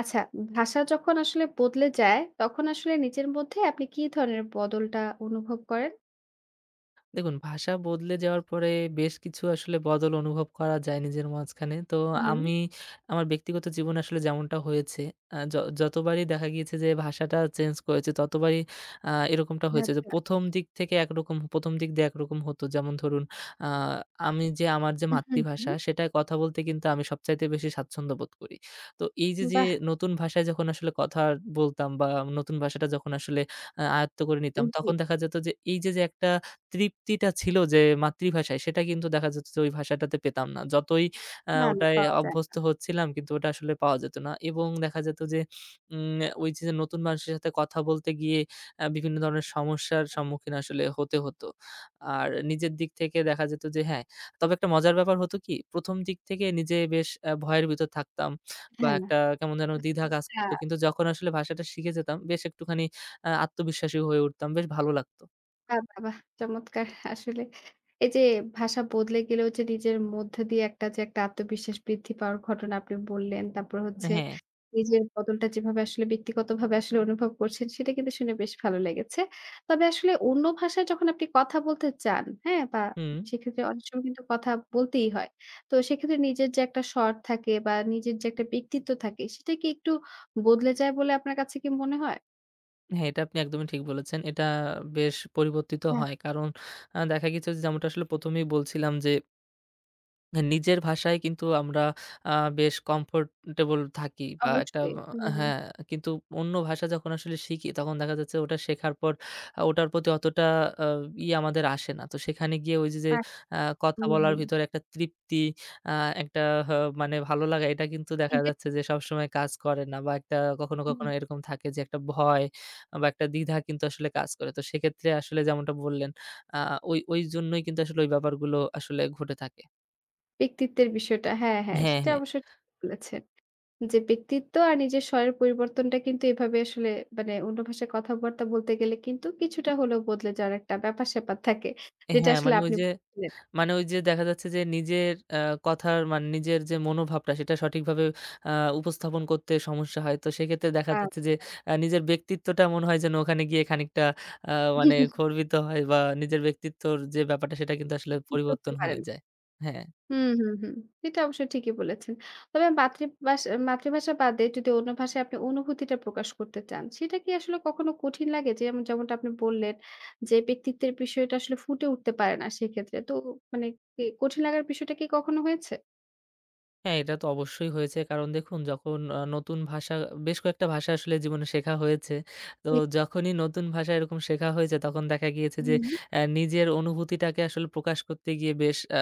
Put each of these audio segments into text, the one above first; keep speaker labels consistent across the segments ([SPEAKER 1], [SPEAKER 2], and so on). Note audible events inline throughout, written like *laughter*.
[SPEAKER 1] আচ্ছা, ভাষা যখন আসলে বদলে যায়, তখন আসলে নিজের মধ্যে আপনি কি ধরনের বদলটা অনুভব করেন?
[SPEAKER 2] দেখুন, ভাষা বদলে যাওয়ার পরে বেশ কিছু আসলে বদল অনুভব করা যায় নিজের মাঝখানে। তো
[SPEAKER 1] হুম,
[SPEAKER 2] আমি আমার ব্যক্তিগত জীবনে আসলে যেমনটা হয়েছে, আ য যতবারই দেখা গিয়েছে যে ভাষাটা চেঞ্জ করেছি, ততবারই এরকমটা হয়েছে যে
[SPEAKER 1] আচ্ছা।
[SPEAKER 2] প্রথম দিক থেকে একরকম, প্রথম দিক দিয়ে একরকম হতো। যেমন ধরুন, আ আমি যে আমার যে
[SPEAKER 1] হুম,
[SPEAKER 2] মাতৃভাষা,
[SPEAKER 1] হুম।
[SPEAKER 2] সেটায় কথা বলতে কিন্তু আমি সবচাইতে বেশি স্বাচ্ছন্দ্য বোধ করি। তো এই যে, যে
[SPEAKER 1] বাহ!
[SPEAKER 2] নতুন ভাষায় যখন আসলে কথা বলতাম বা নতুন ভাষাটা যখন আসলে আয়ত্ত করে নিতাম,
[SPEAKER 1] জি।
[SPEAKER 2] তখন দেখা যেত যে এই যে, যে একটা তৃপ্তিটা ছিল যে মাতৃভাষায়, সেটা কিন্তু দেখা যেত যে ওই ভাষাটাতে পেতাম না। যতই
[SPEAKER 1] না, না
[SPEAKER 2] ওটায়
[SPEAKER 1] পাওয়া যায়।
[SPEAKER 2] অভ্যস্ত হচ্ছিলাম কিন্তু ওটা আসলে পাওয়া যেত না, এবং দেখা যেত যে ওই যে নতুন মানুষের সাথে কথা বলতে গিয়ে বিভিন্ন ধরনের সমস্যার সম্মুখীন আসলে হতে হতো। আর নিজের দিক থেকে দেখা যেত যে হ্যাঁ, তবে একটা মজার ব্যাপার হতো, কি প্রথম দিক থেকে নিজে বেশ ভয়ের ভিতর থাকতাম বা
[SPEAKER 1] হ্যাঁ।
[SPEAKER 2] একটা কেমন যেন দ্বিধা কাজ করত।
[SPEAKER 1] হ্যাঁ।
[SPEAKER 2] কিন্তু যখন আসলে ভাষাটা শিখে যেতাম বেশ একটুখানি, আত্মবিশ্বাসী হয়ে উঠতাম। বেশ ভালো লাগতো।
[SPEAKER 1] বাহ! বাহ! বাহ! চমৎকার। আসলে এই যে ভাষা বদলে গেলেও যে নিজের মধ্যে দিয়ে একটা যে একটা আত্মবিশ্বাস বৃদ্ধি পাওয়ার ঘটনা আপনি বললেন। তারপর হচ্ছে
[SPEAKER 2] হ্যাঁ,
[SPEAKER 1] নিজের বদলটা যেভাবে আসলে ব্যক্তিগতভাবে আসলে অনুভব করছেন সেটা কিন্তু শুনে বেশ ভালো লেগেছে। তবে আসলে অন্য ভাষায় যখন আপনি কথা বলতে চান, হ্যাঁ? বা
[SPEAKER 2] হুম।
[SPEAKER 1] সেক্ষেত্রে অনেক সময় কিন্তু কথা বলতেই হয়। তো সেক্ষেত্রে নিজের যে একটা স্বর থাকে বা নিজের যে একটা ব্যক্তিত্ব থাকে সেটা কি একটু বদলে যায় বলে আপনার কাছে কি মনে হয়?
[SPEAKER 2] হ্যাঁ, এটা আপনি একদমই ঠিক বলেছেন। এটা বেশ পরিবর্তিত
[SPEAKER 1] হ্যাঁ।
[SPEAKER 2] হয়। কারণ দেখা গেছে যে যেমনটা আসলে প্রথম এই বলছিলাম যে নিজের ভাষায় কিন্তু আমরা আ বেশ কমফোর্টেবল থাকি বা একটা
[SPEAKER 1] অবশ্যই। হুম।
[SPEAKER 2] হ্যাঁ, কিন্তু অন্য ভাষা যখন আসলে শিখি তখন দেখা যাচ্ছে ওটা শেখার পর ওটার প্রতি অতটা আ ই আমাদের আসে না। তো সেখানে গিয়ে ওই যে, যে
[SPEAKER 1] আ
[SPEAKER 2] আ কথা
[SPEAKER 1] হুম,
[SPEAKER 2] বলার
[SPEAKER 1] হুম।
[SPEAKER 2] ভিতরে একটা তৃপ্তি, আ একটা হ মানে ভালো লাগা, এটা কিন্তু দেখা
[SPEAKER 1] এইযে
[SPEAKER 2] যাচ্ছে যে সবসময় কাজ করে না, বা একটা কখনো,
[SPEAKER 1] হুম,
[SPEAKER 2] কখনো এরকম থাকে যে একটা ভয় বা একটা দ্বিধা কিন্তু আসলে কাজ করে। তো সেক্ষেত্রে আসলে যেমনটা বললেন, আ ওই জন্যই কিন্তু আসলে ওই ব্যাপারগুলো আসলে ঘটে থাকে।
[SPEAKER 1] ব্যক্তিত্বের বিষয়টা। হ্যাঁ, হ্যাঁ,
[SPEAKER 2] হ্যাঁ,
[SPEAKER 1] সেটা
[SPEAKER 2] হ্যাঁ।
[SPEAKER 1] অবশ্য ঠিক বলেছেন। যে ব্যক্তিত্ব আর নিজের স্বরের পরিবর্তনটা কিন্তু এভাবে আসলে মানে অন্য ভাষায় কথাবার্তা বলতে গেলে কিন্তু কিছুটা হলেও বদলে যাওয়ার একটা ব্যাপার-স্যাপার থাকে। যেটা
[SPEAKER 2] হ্যাঁ,
[SPEAKER 1] আসলে
[SPEAKER 2] মানে ওই
[SPEAKER 1] আপনি
[SPEAKER 2] যে
[SPEAKER 1] বলছিলেন।
[SPEAKER 2] মানে ওই যে দেখা যাচ্ছে যে নিজের কথার মানে নিজের যে মনোভাবটা সেটা সঠিকভাবে আ উপস্থাপন করতে সমস্যা হয়। তো সেক্ষেত্রে দেখা
[SPEAKER 1] আ
[SPEAKER 2] যাচ্ছে যে নিজের ব্যক্তিত্বটা মনে হয় যেন ওখানে গিয়ে খানিকটা আ মানে
[SPEAKER 1] *laughs*
[SPEAKER 2] খর্বিত হয় বা নিজের ব্যক্তিত্বর যে ব্যাপারটা সেটা কিন্তু আসলে
[SPEAKER 1] করতে
[SPEAKER 2] পরিবর্তন
[SPEAKER 1] পারেন।
[SPEAKER 2] হয়ে যায়। হ্যাঁ।
[SPEAKER 1] হুম, হুম, হুম। এটা অবশ্য ঠিকই বলেছেন। তবে মাতৃভাষা বাদে যদি অন্য ভাষায় আপনি অনুভূতিটা প্রকাশ করতে চান, সেটা কি আসলে কখনো কঠিন লাগে? যেমন যেমনটা আপনি বললেন যে, ব্যক্তিত্বের বিষয়টা আসলে ফুটে উঠতে পারে না সেক্ষেত্রে। তো মানে কি কঠিন লাগার বিষয়টা কি কখনো হয়েছে?
[SPEAKER 2] হ্যাঁ, এটা তো অবশ্যই হয়েছে। কারণ দেখুন যখন আ নতুন ভাষা বেশ কয়েকটা ভাষা আসলে জীবনে শেখা হয়েছে। তো
[SPEAKER 1] জি,
[SPEAKER 2] যখনই নতুন ভাষা এরকম শেখা হয়েছে তখন দেখা গিয়েছে যে
[SPEAKER 1] হুম, হুম।
[SPEAKER 2] নিজের অনুভূতিটাকে আসলে প্রকাশ করতে গিয়ে বেশ আ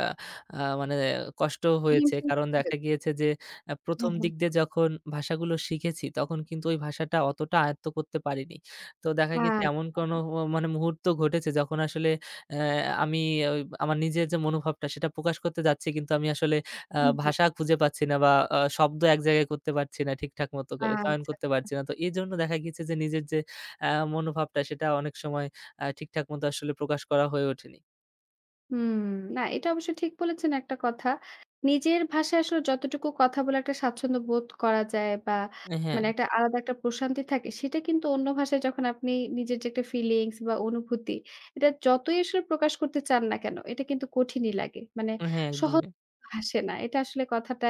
[SPEAKER 2] আ মানে কষ্ট হয়েছে।
[SPEAKER 1] হিমশিম
[SPEAKER 2] কারণ
[SPEAKER 1] খেতে
[SPEAKER 2] দেখা
[SPEAKER 1] হয়েছে।
[SPEAKER 2] গিয়েছে যে প্রথম
[SPEAKER 1] হ্যাঁ, হ্যাঁ।
[SPEAKER 2] দিক দিয়ে যখন ভাষাগুলো শিখেছি তখন কিন্তু ওই ভাষাটা অতটা আয়ত্ত করতে পারিনি। তো দেখা গেছে এমন কোনো
[SPEAKER 1] আচ্ছা।
[SPEAKER 2] মানে মুহূর্ত ঘটেছে যখন আসলে অ্যা আমি ওই আমার নিজের যে মনোভাবটা সেটা প্রকাশ করতে যাচ্ছি কিন্তু আমি আসলে
[SPEAKER 1] হুম, হুম।
[SPEAKER 2] ভাষা খুঁজে পাচ্ছি না, বা শব্দ এক জায়গায় করতে পারছি না, ঠিকঠাক মতো করে চয়ন
[SPEAKER 1] আচ্ছা।
[SPEAKER 2] করতে পারছি না। তো এজন্য দেখা গিয়েছে যে নিজের যে আ মনোভাবটা সেটা অনেক সময় ঠিকঠাক মতো আসলে প্রকাশ করা হয়ে ওঠেনি।
[SPEAKER 1] হুম, না এটা অবশ্য ঠিক বলেছেন একটা কথা। নিজের ভাষায় আসলে যতটুকু কথা বলে একটা স্বাচ্ছন্দ্য বোধ করা যায় বা
[SPEAKER 2] হ্যাঁ,
[SPEAKER 1] মানে একটা আলাদা একটা প্রশান্তি থাকে, সেটা কিন্তু অন্য ভাষায় যখন আপনি নিজের যে একটা ফিলিংস বা অনুভূতি, এটা যতই আসলে প্রকাশ করতে চান না কেন, এটা কিন্তু কঠিনই লাগে। মানে
[SPEAKER 2] হ্যাঁ
[SPEAKER 1] সহজ
[SPEAKER 2] একদমই।
[SPEAKER 1] ভাসে না। এটা আসলে কথাটা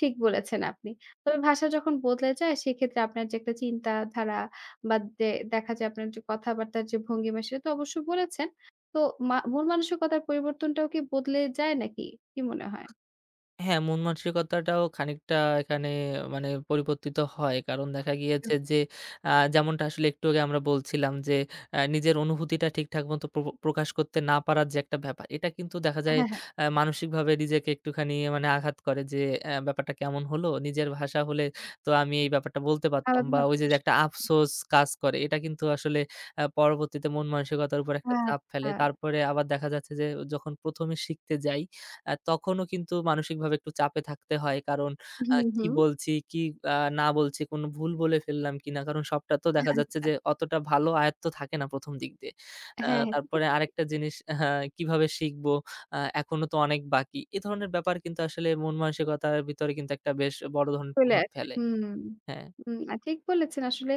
[SPEAKER 1] ঠিক বলেছেন আপনি। তবে ভাষা যখন বদলে যায় সেক্ষেত্রে আপনার যে একটা চিন্তাধারা বা দেখা যায় আপনার যে কথাবার্তার যে ভঙ্গিমা সেটা তো অবশ্য বলেছেন। তো মন মানসিকতার পরিবর্তনটাও কি বদলে যায় নাকি? কি মনে হয়?
[SPEAKER 2] হ্যাঁ, মন মানসিকতাটাও খানিকটা এখানে মানে পরিবর্তিত হয়। কারণ দেখা গিয়েছে যে যেমনটা আসলে একটু আগে আমরা বলছিলাম যে নিজের অনুভূতিটা ঠিকঠাক মতো প্রকাশ করতে না পারার যে একটা ব্যাপার, এটা কিন্তু দেখা যায়
[SPEAKER 1] হ্যাঁ, হ্যাঁ।
[SPEAKER 2] মানসিকভাবে নিজেকে একটুখানি মানে আঘাত করে যে ব্যাপারটা কেমন হলো? নিজের ভাষা হলে তো আমি এই ব্যাপারটা বলতে পারতাম, বা
[SPEAKER 1] আলাদাভাবে
[SPEAKER 2] ওই যে, যে
[SPEAKER 1] প্রকাশ
[SPEAKER 2] একটা
[SPEAKER 1] করে।
[SPEAKER 2] আফসোস কাজ করে, এটা কিন্তু আসলে পরবর্তীতে মন মানসিকতার উপর একটা চাপ ফেলে।
[SPEAKER 1] আচ্ছা। হ্যাঁ।
[SPEAKER 2] তারপরে আবার দেখা যাচ্ছে যে যখন প্রথম এ শিখতে যাই, তখনও কিন্তু মানসিকভাবে একটু চাপে থাকতে হয়। কারণ
[SPEAKER 1] হুম,
[SPEAKER 2] কি
[SPEAKER 1] হুম।
[SPEAKER 2] বলছি, কি না বলছি, কোনো ভুল বলে ফেললাম কিনা? কারণ সবটা তো দেখা
[SPEAKER 1] হ্যাঁ,
[SPEAKER 2] যাচ্ছে
[SPEAKER 1] আচ্ছা।
[SPEAKER 2] যে অতটা ভালো আয়ত্ত থাকে না প্রথম দিক দিয়ে।
[SPEAKER 1] হ্যাঁ,
[SPEAKER 2] তারপরে
[SPEAKER 1] হ্যাঁ।
[SPEAKER 2] আরেকটা জিনিস, কিভাবে শিখবো? এখনো তো অনেক বাকি। এ ধরনের ব্যাপার কিন্তু আসলে মন মানসিকতার ভিতরে কিন্তু একটা বেশ বড় ধরনের
[SPEAKER 1] চলে
[SPEAKER 2] প্রভাব
[SPEAKER 1] আসে।
[SPEAKER 2] ফেলে।
[SPEAKER 1] হুম,
[SPEAKER 2] হ্যাঁ।
[SPEAKER 1] হুম, ঠিক বলেছেন আসলে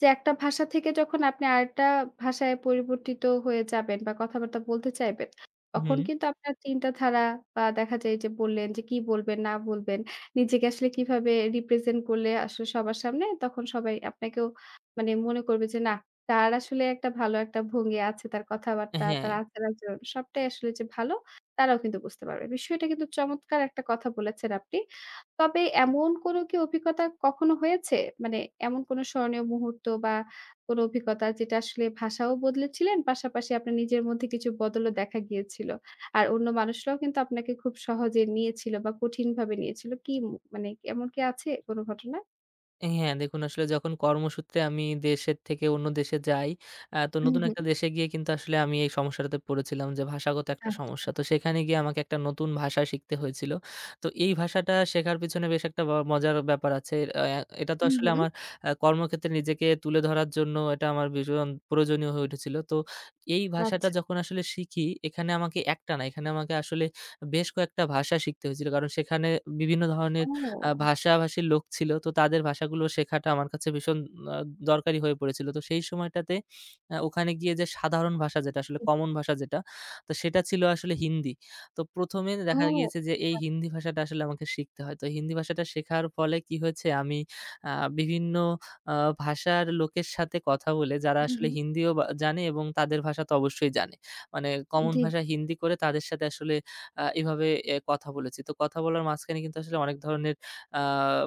[SPEAKER 1] যে একটা ভাষা থেকে যখন আপনি আরেকটা ভাষায় পরিবর্তিত হয়ে যাবেন বা কথাবার্তা বলতে চাইবেন, তখন
[SPEAKER 2] হুম।
[SPEAKER 1] কিন্তু আপনার চিন্তাধারা বা দেখা যায় যে বললেন যে কি বলবেন, না বলবেন, নিজেকে আসলে কিভাবে রিপ্রেজেন্ট করলে আসলে সবার সামনে তখন সবাই আপনাকেও মানে মনে করবে যে না, তার আসলে একটা ভালো একটা ভঙ্গি আছে, তার কথাবার্তা,
[SPEAKER 2] হ্যাঁ।
[SPEAKER 1] তার আচার-আচরণ সবটাই আসলে যে ভালো তারাও কিন্তু বুঝতে পারবে। বিষয়টা কিন্তু চমৎকার একটা কথা বলেছেন আপনি। তবে এমন কোনো কি অভিজ্ঞতা কখনো হয়েছে? মানে এমন কোনো স্মরণীয় মুহূর্ত বা কোনো অভিজ্ঞতা যেটা আসলে ভাষাও বদলেছিলেন, পাশাপাশি আপনার নিজের মধ্যে কিছু বদলও দেখা গিয়েছিল। আর অন্য মানুষরাও কিন্তু আপনাকে খুব সহজে নিয়েছিল বা কঠিনভাবে নিয়েছিল। কি ম মানে এমন কি আছে কোনো ঘটনা?
[SPEAKER 2] হ্যাঁ, দেখুন আসলে যখন কর্মসূত্রে আমি দেশের থেকে অন্য দেশে যাই, তো
[SPEAKER 1] হুম,
[SPEAKER 2] নতুন
[SPEAKER 1] হুম।
[SPEAKER 2] একটা দেশে গিয়ে কিন্তু আসলে আমি এই সমস্যাটাতে পড়েছিলাম, যে ভাষাগত একটা
[SPEAKER 1] আচ্ছা।
[SPEAKER 2] সমস্যা। তো সেখানে গিয়ে আমাকে একটা নতুন ভাষা শিখতে হয়েছিল। তো এই ভাষাটা শেখার পিছনে বেশ একটা মজার ব্যাপার আছে। আ এটা তো
[SPEAKER 1] হুম,
[SPEAKER 2] আসলে
[SPEAKER 1] হুম।
[SPEAKER 2] আমার কর্মক্ষেত্রে নিজেকে তুলে ধরার জন্য এটা আমার ভীষণ প্রয়োজনীয় হয়ে উঠেছিল। তো এই ভাষাটা
[SPEAKER 1] আচ্ছা।
[SPEAKER 2] যখন আসলে শিখি, এখানে আমাকে একটা না, এখানে আমাকে আসলে বেশ কয়েকটা ভাষা শিখতে হয়েছিল। কারণ সেখানে বিভিন্ন ধরনের
[SPEAKER 1] ও!
[SPEAKER 2] ভাষাভাষীর লোক ছিল। তো তাদের ভাষাগুলো শেখাটা আমার কাছে ভীষণ আ দরকারি হয়ে পড়েছিল। তো সেই সময়টাতে ওখানে গিয়ে যে সাধারণ ভাষা, যেটা আসলে
[SPEAKER 1] জি, জি।
[SPEAKER 2] কমন ভাষা যেটা, তো সেটা ছিল আসলে হিন্দি। তো প্রথম এ
[SPEAKER 1] ও!
[SPEAKER 2] দেখা গিয়েছে যে এই
[SPEAKER 1] আচ্ছা।
[SPEAKER 2] হিন্দি ভাষাটা আসলে আমাকে শিখতে হয়। তো হিন্দি ভাষাটা শেখার ফলে কি হয়েছে, আমি আ বিভিন্ন আ ভাষার লোকের সাথে কথা বলে, যারা
[SPEAKER 1] হুম,
[SPEAKER 2] আসলে
[SPEAKER 1] হুম।
[SPEAKER 2] হিন্দিও বা জানে এবং তাদের ভাষা তো অবশ্যই জানে। মানে কমন
[SPEAKER 1] জি।
[SPEAKER 2] ভাষা হিন্দি করে তাদের সাথে আসলে এভাবে কথা বলেছি। তো কথা বলার মাঝখানে কিন্তু আসলে অনেক ধরনের আ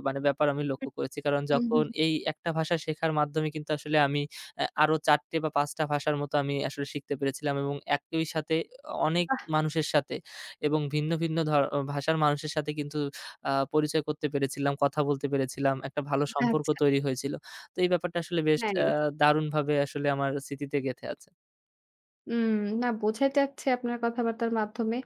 [SPEAKER 2] মানে ব্যাপার আমি লক্ষ্য করেছি। কারণ
[SPEAKER 1] হুম,
[SPEAKER 2] যখন
[SPEAKER 1] হুম।
[SPEAKER 2] এই একটা ভাষা শেখার মাধ্যমে কিন্তু আসলে আমি আরো চারটে বা পাঁচটা ভাষার মতো আমি আসলে শিখতে পেরেছিলাম, এবং একই সাথে অনেক
[SPEAKER 1] বাহ!
[SPEAKER 2] মানুষের সাথে এবং ভিন্ন, ভিন্ন ভাষার মানুষের সাথে কিন্তু পরিচয় করতে পেরেছিলাম, কথা বলতে পেরেছিলাম। একটা ভালো সম্পর্ক
[SPEAKER 1] আচ্ছা।
[SPEAKER 2] তৈরি হয়েছিল। তো এই ব্যাপারটা আসলে বেশ
[SPEAKER 1] হ্যাঁ।
[SPEAKER 2] দারুণভাবে আসলে আমার স্মৃতিতে গেঁথে আছে।
[SPEAKER 1] উম না বোঝাই যাচ্ছে আপনার কথাবার্তার মাধ্যমে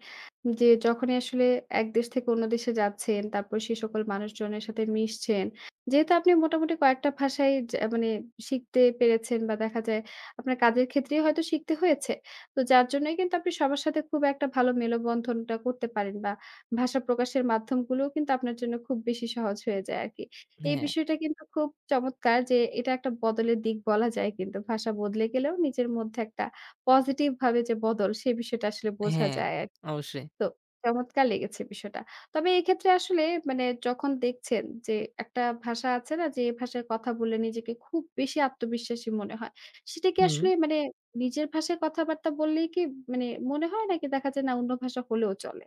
[SPEAKER 1] যে যখনই আসলে এক দেশ থেকে অন্য দেশে যাচ্ছেন, তারপর সে সকল মানুষজনের সাথে মিশছেন। যেহেতু আপনি মোটামুটি কয়েকটা ভাষাই যা মানে শিখতে পেরেছেন বা দেখা যায় আপনার কাজের ক্ষেত্রেই হয়তো শিখতে হয়েছে। তো যার জন্যই কিন্তু আপনি সবার সাথে খুব একটা ভালো মেলবন্ধনটা করতে পারেন বা ভাষা প্রকাশের মাধ্যমগুলোও কিন্তু আপনার জন্য খুব বেশি সহজ হয়ে যায় আরকি। এই
[SPEAKER 2] হ্যাঁ,
[SPEAKER 1] বিষয়টা কিন্তু খুব চমৎকার যে এটা একটা বদলের দিক বলা যায় কিন্তু। ভাষা বদলে গেলেও নিজের মধ্যে একটা পজিটিভ ভাবে যে বদল সে বিষয়টা আসলে বোঝা
[SPEAKER 2] হ্যাঁ,
[SPEAKER 1] যায় আর কি।
[SPEAKER 2] অবশ্যই।
[SPEAKER 1] তো চমৎকার লেগেছে বিষয়টা। তবে এক্ষেত্রে আসলে মানে যখন দেখছেন যে একটা ভাষা আছে না যে এ ভাষায় কথা বলে নিজেকে খুব বেশি আত্মবিশ্বাসী মনে হয়। সেটা কি
[SPEAKER 2] হুম।
[SPEAKER 1] আসলে মানে নিজের ভাষায় কথাবার্তা বললেই কি মানে মনে হয় নাকি দেখা যায় না অন্য ভাষা হলেও চলে?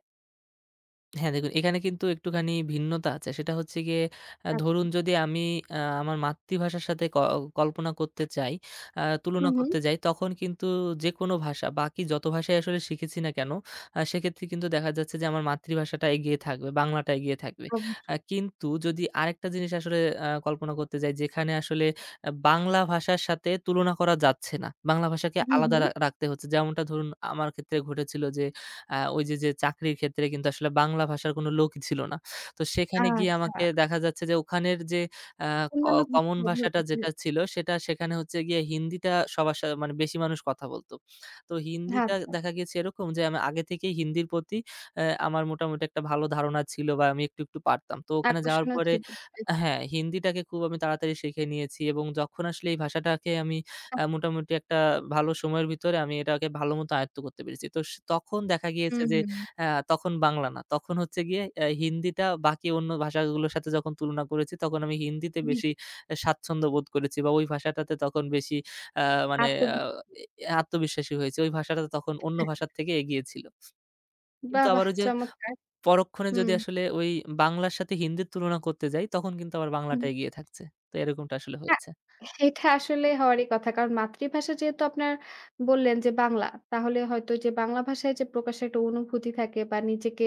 [SPEAKER 2] হ্যাঁ, দেখুন এখানে কিন্তু একটুখানি ভিন্নতা আছে। সেটা হচ্ছে গিয়ে
[SPEAKER 1] আ
[SPEAKER 2] ধরুন যদি আমি আমার মাতৃভাষার সাথে কল্পনা করতে চাই,
[SPEAKER 1] হু,
[SPEAKER 2] তুলনা
[SPEAKER 1] হু।
[SPEAKER 2] করতে যাই, তখন কিন্তু যেকোনো ভাষা, বাকি যত ভাষাই আসলে শিখেছি না কেন, সেক্ষেত্রে কিন্তু দেখা যাচ্ছে যে আমার মাতৃভাষাটা এগিয়ে থাকবে, বাংলাটা এগিয়ে থাকবে।
[SPEAKER 1] অবশ্যই।
[SPEAKER 2] কিন্তু যদি আরেকটা জিনিস আসলে কল্পনা করতে যাই যেখানে আসলে বাংলা ভাষার সাথে তুলনা করা যাচ্ছে না। বাংলা ভাষাকে
[SPEAKER 1] হু,
[SPEAKER 2] আলাদা
[SPEAKER 1] হু।
[SPEAKER 2] রাখতে হচ্ছে। যেমনটা ধরুন আমার ক্ষেত্রে ঘটেছিল যে ওই যে, যে চাকরির ক্ষেত্রে কিন্তু আসলে বাংলা ভাষার কোনো লোকই ছিল না। তো সেখানে গিয়ে
[SPEAKER 1] আচ্ছা।
[SPEAKER 2] আমাকে দেখা যাচ্ছে যে ওখানের যে আ ক
[SPEAKER 1] অন্যান্য ভাষা
[SPEAKER 2] কমন
[SPEAKER 1] ব্যবহার
[SPEAKER 2] ভাষাটা
[SPEAKER 1] করতে
[SPEAKER 2] যেটা
[SPEAKER 1] হয়।
[SPEAKER 2] ছিল সেটা সেখানে হচ্ছে গিয়ে হিন্দিটা সবার মানে বেশি মানুষ কথা বলত। তো হিন্দিটা
[SPEAKER 1] আচ্ছা,
[SPEAKER 2] দেখা গেছে এরকম যে আমি আগে থেকেই হিন্দির প্রতি আমার মোটামুটি একটা ভালো ধারণা ছিল, বা আমি একটু, একটু পারতাম। তো ওখানে যাওয়ার
[SPEAKER 1] আকর্ষণও
[SPEAKER 2] পরে
[SPEAKER 1] ছিল।
[SPEAKER 2] হ্যাঁ, হিন্দিটাকে খুব আমি তাড়াতাড়ি শিখে নিয়েছি, এবং যখন আসলে এই ভাষাটাকে আমি মোটামুটি একটা ভালো সময়ের ভিতরে আমি এটাকে ভালো মতো আয়ত্ত করতে পেরেছি। তো তখন দেখা গিয়েছে
[SPEAKER 1] হুম,
[SPEAKER 2] যে
[SPEAKER 1] হুম।
[SPEAKER 2] আ তখন বাংলা না। তখন হচ্ছে গিয়ে হিন্দিটা, বাকি অন্য ভাষাগুলোর সাথে যখন তুলনা করেছি তখন আমি হিন্দিতে
[SPEAKER 1] জি,
[SPEAKER 2] বেশি
[SPEAKER 1] জি।
[SPEAKER 2] স্বাচ্ছন্দ্য বোধ করেছি, বা ওই ভাষাটাতে তখন বেশি আ মানে আ
[SPEAKER 1] আত্মবিশ্বাস
[SPEAKER 2] এ আত্মবিশ্বাসী হয়েছি। ওই ভাষাটা তখন অন্য ভাষার থেকে এগিয়ে ছিল। কিন্তু
[SPEAKER 1] বাহ!
[SPEAKER 2] আবার
[SPEAKER 1] বাহ!
[SPEAKER 2] ওই যে
[SPEAKER 1] চমৎকার।
[SPEAKER 2] পরক্ষণে
[SPEAKER 1] হুম,
[SPEAKER 2] যদি আসলে ওই বাংলার সাথে হিন্দির তুলনা করতে যাই তখন কিন্তু আবার বাংলাটা
[SPEAKER 1] হুম।
[SPEAKER 2] এগিয়ে থাকছে। তো এরকমটা আসলে
[SPEAKER 1] না,
[SPEAKER 2] হয়েছে।
[SPEAKER 1] এটা আসলে হওয়ারই কথা। কারণ মাতৃভাষা যেহেতু আপনার বললেন যে বাংলা, তাহলে হয়তো ওই যে বাংলা ভাষায় যে প্রকাশের একটা অনুভূতি থাকে বা নিজেকে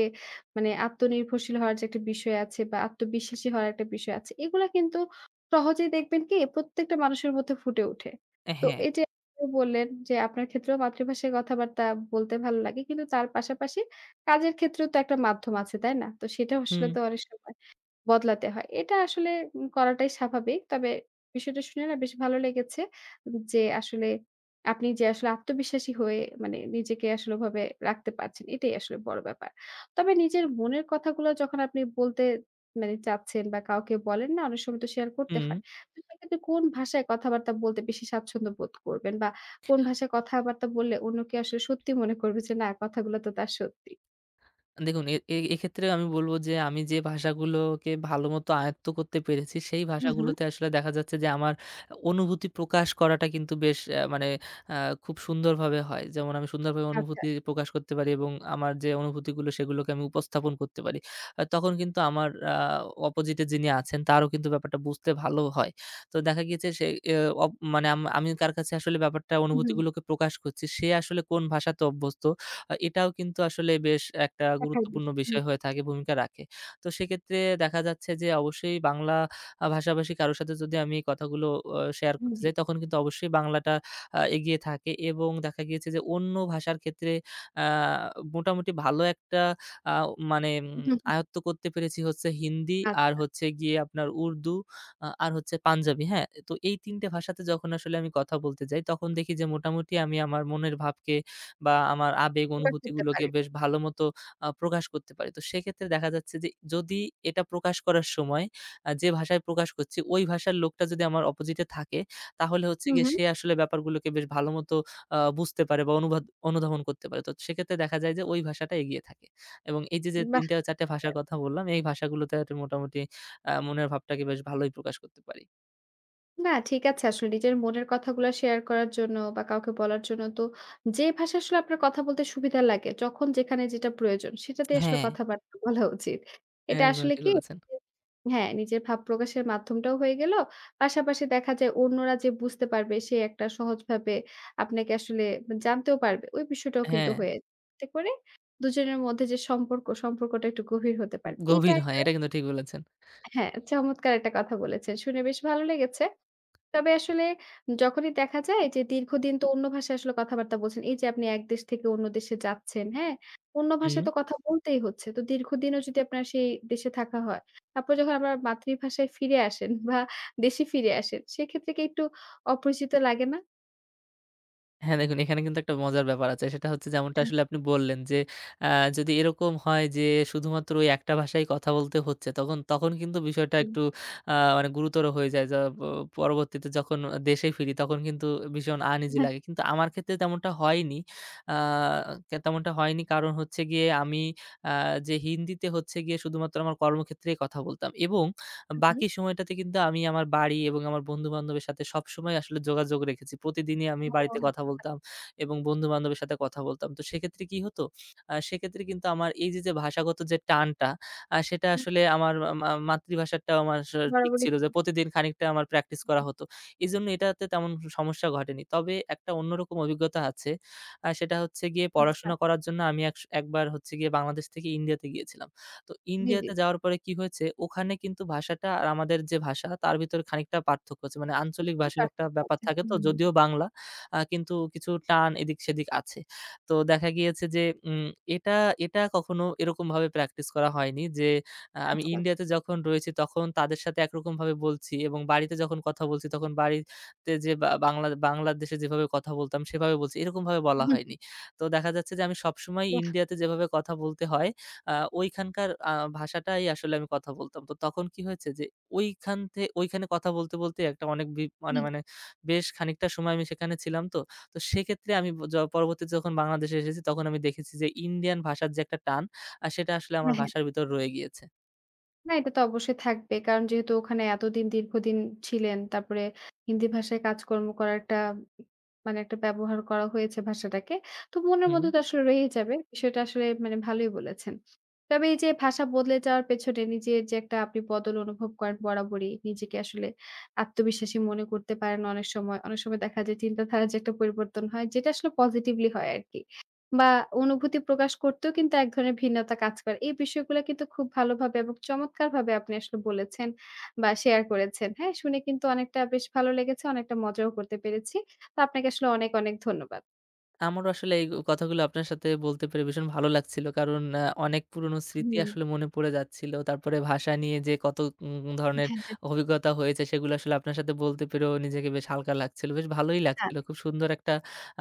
[SPEAKER 1] মানে আত্মনির্ভরশীল হওয়ার যে একটা বিষয় আছে বা আত্মবিশ্বাসী হওয়ার একটা বিষয় আছে, এগুলা কিন্তু সহজেই দেখবেন কি প্রত্যেকটা মানুষের মধ্যে ফুটে ওঠে। তো
[SPEAKER 2] হ্যাঁ।
[SPEAKER 1] এই যে আপনি বললেন যে আপনার ক্ষেত্রেও মাতৃভাষায় কথাবার্তা বলতে ভালো লাগে। কিন্তু তার পাশাপাশি কাজের ক্ষেত্রেও তো একটা মাধ্যম আছে, তাই না? তো সেটা আসলে
[SPEAKER 2] হুম,
[SPEAKER 1] তো অনেক সময় বদলাতে হয়। এটা আসলে করাটাই স্বাভাবিক। তবে বিষয়টা শুনে না বেশ ভালো লেগেছে যে, আসলে আপনি যে আসলে আত্মবিশ্বাসী হয়ে মানে নিজেকে আসলে ওভাবে রাখতে পারছেন। এটাই আসলে বড় ব্যাপার। তবে নিজের মনের কথাগুলো যখন আপনি বলতে মানে চাচ্ছেন বা কাউকে বলেন না, অনেক সময় তো শেয়ার করতে
[SPEAKER 2] হুম।
[SPEAKER 1] হয়। তো সেক্ষেত্রে কোন ভাষায় কথাবার্তা বলতে বেশি স্বাচ্ছন্দ্য বোধ করবেন? বা কোন ভাষায় কথাবার্তা বললে অন্যকে আসলে সত্যি মনে করবে যে, না কথাগুলো তো তার সত্যি?
[SPEAKER 2] দেখুন এ এ এক্ষেত্রে আমি বলব যে আমি যে ভাষাগুলোকে ভালোমতো আয়ত্ত করতে পেরেছি, সেই
[SPEAKER 1] হুম, হুম।
[SPEAKER 2] ভাষাগুলোতে আসলে দেখা যাচ্ছে যে আমার অনুভূতি প্রকাশ করাটা কিন্তু বেশ মানে আ খুব সুন্দরভাবে হয়। যেমন আমি সুন্দরভাবে
[SPEAKER 1] আচ্ছা।
[SPEAKER 2] অনুভূতি প্রকাশ করতে পারি, এবং আমার যে অনুভূতিগুলো সেগুলোকে আমি উপস্থাপন করতে পারি। তখন কিন্তু আমার অপোজিটে যিনি আছেন তারও কিন্তু ব্যাপারটা বুঝতে ভালো হয়। তো দেখা গিয়েছে সে এ অপ মানে আমি কার কাছে আসলে ব্যাপারটা
[SPEAKER 1] হুম, হুম।
[SPEAKER 2] অনুভূতিগুলোকে প্রকাশ করছি, সে আসলে কোন ভাষাতে অভ্যস্ত, এটাও কিন্তু আসলে বেশ একটা
[SPEAKER 1] দেখার
[SPEAKER 2] গুরুত্বপূর্ণ
[SPEAKER 1] বিষয়। হুম,
[SPEAKER 2] বিষয় হয়ে থাকে, ভূমিকা রাখে। তো সেক্ষেত্রে দেখা যাচ্ছে যে অবশ্যই বাংলা ভাষাভাষী কারো সাথে যদি আমি এই কথাগুলো শেয়ার
[SPEAKER 1] হুম,
[SPEAKER 2] করতে
[SPEAKER 1] জি।
[SPEAKER 2] যাই, তখন কিন্তু অবশ্যই বাংলাটা এগিয়ে থাকে, এবং দেখা গিয়েছে যে অন্য ভাষার ক্ষেত্রে আ মোটামুটি ভালো একটা আ মানে
[SPEAKER 1] হুম
[SPEAKER 2] আয়ত্ত করতে পেরেছি, হচ্ছে হিন্দি, আর
[SPEAKER 1] আচ্ছা,
[SPEAKER 2] হচ্ছে গিয়ে আপনার উর্দু, আর হচ্ছে পাঞ্জাবি, হ্যাঁ? তো এই ৩ টে ভাষাতে যখন আসলে আমি কথা বলতে যাই, তখন দেখি যে মোটামুটি আমি আমার মনের ভাবকে বা আমার আবেগ
[SPEAKER 1] প্রকাশ করতে
[SPEAKER 2] অনুভূতিগুলোকে
[SPEAKER 1] পারি।
[SPEAKER 2] বেশ ভালোমতো প্রকাশ করতে পারি। তো সেক্ষেত্রে দেখা যাচ্ছে যে যদি এটা প্রকাশ করার সময় যে ভাষায় প্রকাশ করছি ওই ভাষার লোকটা যদি আমার অপোজিটে থাকে তাহলে হচ্ছে
[SPEAKER 1] হুম,
[SPEAKER 2] গিয়ে
[SPEAKER 1] হুম।
[SPEAKER 2] সে আসলে ব্যাপারগুলোকে বেশ ভালোমতো বুঝতে পারে বা অনুধাবন করতে পারে। তো সেক্ষেত্রে দেখা যায় যে ওই ভাষাটা এগিয়ে থাকে। এবং এই যে, যে ৩
[SPEAKER 1] বাহ!
[SPEAKER 2] টা ৪ টা ভাষার কথা বললাম এই ভাষাগুলোতে আর মোটামুটি মনের ভাবটাকে বেশ ভালোই প্রকাশ করতে পারি।
[SPEAKER 1] না ঠিক আছে আসলে নিজের মনের কথাগুলা শেয়ার করার জন্য বা কাউকে বলার জন্য তো যে ভাষায় আসলে আপনার কথা বলতে সুবিধা লাগে, যখন যেখানে যেটা প্রয়োজন সেটাতে আসলে
[SPEAKER 2] হ্যাঁ,
[SPEAKER 1] কথাবার্তা *laughs* বলা উচিত। এটা
[SPEAKER 2] একদমই
[SPEAKER 1] আসলে
[SPEAKER 2] ঠিক
[SPEAKER 1] কি
[SPEAKER 2] বলেছেন।
[SPEAKER 1] হ্যাঁ, নিজের ভাব প্রকাশের মাধ্যমটাও হয়ে গেল। পাশাপাশি দেখা যায় অন্যরা যে বুঝতে পারবে সে একটা সহজভাবে আপনাকে আসলে জানতেও পারবে। ওই বিষয়টাও কিন্তু
[SPEAKER 2] হ্যাঁ,
[SPEAKER 1] হয়ে যায়। এতে করে দুজনের মধ্যে যে সম্পর্ক, সম্পর্কটা একটু গভীর হতে পারে। এটা
[SPEAKER 2] গভীর হয়।
[SPEAKER 1] একটা
[SPEAKER 2] এটা কিন্তু ঠিক বলেছেন।
[SPEAKER 1] হ্যাঁ, চমৎকার একটা কথা বলেছেন। শুনে বেশ ভালো লেগেছে। তবে আসলে যখনই দেখা যায় যে দীর্ঘদিন তো অন্য ভাষায় আসলে কথাবার্তা বলছেন। এই যে আপনি এক দেশ থেকে অন্য দেশে যাচ্ছেন, হ্যাঁ? অন্য
[SPEAKER 2] হুম।
[SPEAKER 1] ভাষায় তো কথা বলতেই হচ্ছে। তো দীর্ঘদিনও যদি আপনার সেই দেশে থাকা হয়, তারপর যখন আপনার মাতৃভাষায় ফিরে আসেন বা দেশে ফিরে আসেন, সেক্ষেত্রে কি একটু অপরিচিত লাগে না?
[SPEAKER 2] হ্যাঁ, দেখুন এখানে কিন্তু একটা মজার ব্যাপার আছে। সেটা হচ্ছে যেমনটা আসলে আপনি বললেন যে, আ যদি এরকম হয় যে শুধুমাত্র ওই একটা ভাষায় কথা বলতে হচ্ছে, তখন তখন কিন্তু বিষয়টা
[SPEAKER 1] একদম।
[SPEAKER 2] একটু মানে গুরুতর হয়ে যায়। যা প পরবর্তীতে যখন দেশে ফিরি তখন কিন্তু ভীষণ আনইজি
[SPEAKER 1] হ্যাঁ,
[SPEAKER 2] লাগে। কিন্তু আমার ক্ষেত্রে তেমনটা হয়নি। আ কে তেমনটা হয়নি কারণ হচ্ছে গিয়ে আমি আ যে হিন্দিতে হচ্ছে গিয়ে শুধুমাত্র আমার কর্মক্ষেত্রেই কথা বলতাম, এবং
[SPEAKER 1] হু, হু।
[SPEAKER 2] বাকি সময়টাতে কিন্তু আমি আমার বাড়ি এবং আমার বন্ধু-বান্ধবের সাথে সবসময় আসলে যোগাযোগ রেখেছি। প্রতিদিনই আমি বাড়িতে
[SPEAKER 1] ও
[SPEAKER 2] কথা বলতাম এবং বন্ধু-বান্ধবের সাথে কথা বলতাম। তো সেক্ষেত্রে কি হতো? সেক্ষেত্রে কিন্তু আমার এই যে, যে ভাষাগত যে টানটা, সেটা
[SPEAKER 1] আপনি
[SPEAKER 2] আসলে আমার মাতৃভাষাটাও আমার ঠিক
[SPEAKER 1] বরাবরই
[SPEAKER 2] ছিল, যে প্রতিদিন খানিকটা আমার প্র্যাকটিস করা হতো। এজন্য এটাতে তেমন সমস্যা ঘটেনি। তবে একটা অন্যরকম অভিজ্ঞতা আছে। সেটা হচ্ছে গিয়ে
[SPEAKER 1] আচ্ছা,
[SPEAKER 2] পড়াশোনা করার জন্য আমি একবার হচ্ছে গিয়ে বাংলাদেশ থেকে ইন্ডিয়াতে গিয়েছিলাম। তো
[SPEAKER 1] জি, জি।
[SPEAKER 2] ইন্ডিয়াতে যাওয়ার পরে কি হয়েছে, ওখানে কিন্তু ভাষাটা আর আমাদের যে ভাষা তার ভিতরে খানিকটা পার্থক্য আছে। মানে আঞ্চলিক
[SPEAKER 1] একটু
[SPEAKER 2] ভাষার একটা
[SPEAKER 1] পার্থক্য
[SPEAKER 2] ব্যাপার
[SPEAKER 1] আছে।
[SPEAKER 2] থাকে
[SPEAKER 1] হুম,
[SPEAKER 2] তো,
[SPEAKER 1] হুম,
[SPEAKER 2] যদিও বাংলা, কিন্তু কিছু টান এদিক-সেদিক আছে। তো দেখা গিয়েছে যে উম এটা, এটা কখনো এরকমভাবে প্র্যাকটিস করা হয়নি যে আমি
[SPEAKER 1] আচ্ছা।
[SPEAKER 2] ইন্ডিয়াতে যখন রয়েছি তখন তাদের সাথে একরকমভাবে বলছি, এবং বাড়িতে যখন কথা বলছি তখন বাড়িতে যে বা বাংলা বাংলাদেশে যেভাবে কথা বলতাম সেভাবে বলছি। এরকমভাবে বলা
[SPEAKER 1] হুম,
[SPEAKER 2] হয়নি। তো দেখা যাচ্ছে যে আমি সবসময়
[SPEAKER 1] বাহ!
[SPEAKER 2] ইন্ডিয়াতে যেভাবে কথা বলতে হয় আ ওইখানকার ভাষাটাই আসলে আমি কথা বলতাম। তো তখন কি হয়েছে যে ঐখানে কথা বলতে, বলতে একটা অনেক বি মানে
[SPEAKER 1] জি,
[SPEAKER 2] মানে বেশ খানিকটা সময় আমি সেখানে ছিলাম তো। তো সেক্ষেত্রে আমি ব- য পরবর্তীতে যখন বাংলাদেশে এসেছি তখন আমি দেখেছি যে ইন্ডিয়ান ভাষার যে একটা টান সেটা আসলে আমার
[SPEAKER 1] হ্যাঁ, হ্যাঁ।
[SPEAKER 2] ভাষার ভিতর রয়ে গিয়েছে।
[SPEAKER 1] না, এটা তো অবশ্যই থাকবে। কারণ যেহেতু ওখানে এতদিন দীর্ঘদিন ছিলেন, তারপরে হিন্দি ভাষায় কাজকর্ম করার একটা মানে একটা ব্যবহার করা হয়েছে ভাষাটাকে। তো মনের
[SPEAKER 2] হুম।
[SPEAKER 1] মধ্যে তো আসলে রয়েই যাবে। বিষয়টা আসলে মানে ভালোই বলেছেন। তবে এই যে ভাষা বদলে যাওয়ার পেছনে নিজের যে একটা আপনি বদল অনুভব করেন বরাবরই, নিজেকে আসলে আত্মবিশ্বাসী মনে করতে পারেন অনেক সময়। অনেক সময় দেখা যায় চিন্তাধারার যে একটা পরিবর্তন হয়, যেটা আসলে পজিটিভলি হয় আরকি। বা অনুভূতি প্রকাশ করতেও কিন্তু এক ধরনের ভিন্নতা কাজ করে। এই বিষয়গুলা কিন্তু খুব ভালোভাবে এবং চমৎকারভাবে আপনি আসলে বলেছেন বা শেয়ার করেছেন। হ্যাঁ? শুনে কিন্তু অনেকটা বেশ ভালো লেগেছে, অনেকটা মজাও করতে পেরেছি। তো আপনাকে আসলে অনেক, অনেক ধন্যবাদ।
[SPEAKER 2] আমারও আসলে এই কথাগুলো আপনার সাথে বলতে পেরে ভীষণ ভালো লাগছিল। কারণ অনেক পুরনো স্মৃতি
[SPEAKER 1] হুম।
[SPEAKER 2] আসলে মনে পড়ে যাচ্ছিল। তারপরে ভাষা নিয়ে যে কত ধরনের
[SPEAKER 1] হ্যাঁ, হ্যাঁ।
[SPEAKER 2] অভিজ্ঞতা হয়েছে সেগুলো আসলে আপনার সাথে বলতে পেরেও নিজেকে বেশ হালকা লাগছিল। বেশ ভালোই লাগছিল। খুব সুন্দর একটা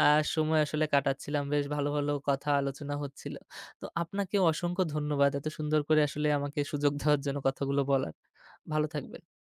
[SPEAKER 2] আ সময় আসলে কাটাচ্ছিলাম। বেশ ভালো, ভালো কথা আলোচনা হচ্ছিল। তো আপনাকেও অসংখ্য ধন্যবাদ। এত সুন্দর করে আসলে আমাকে সুযোগ দেওয়ার জন্য কথাগুলো বলার। ভালো থাকবেন।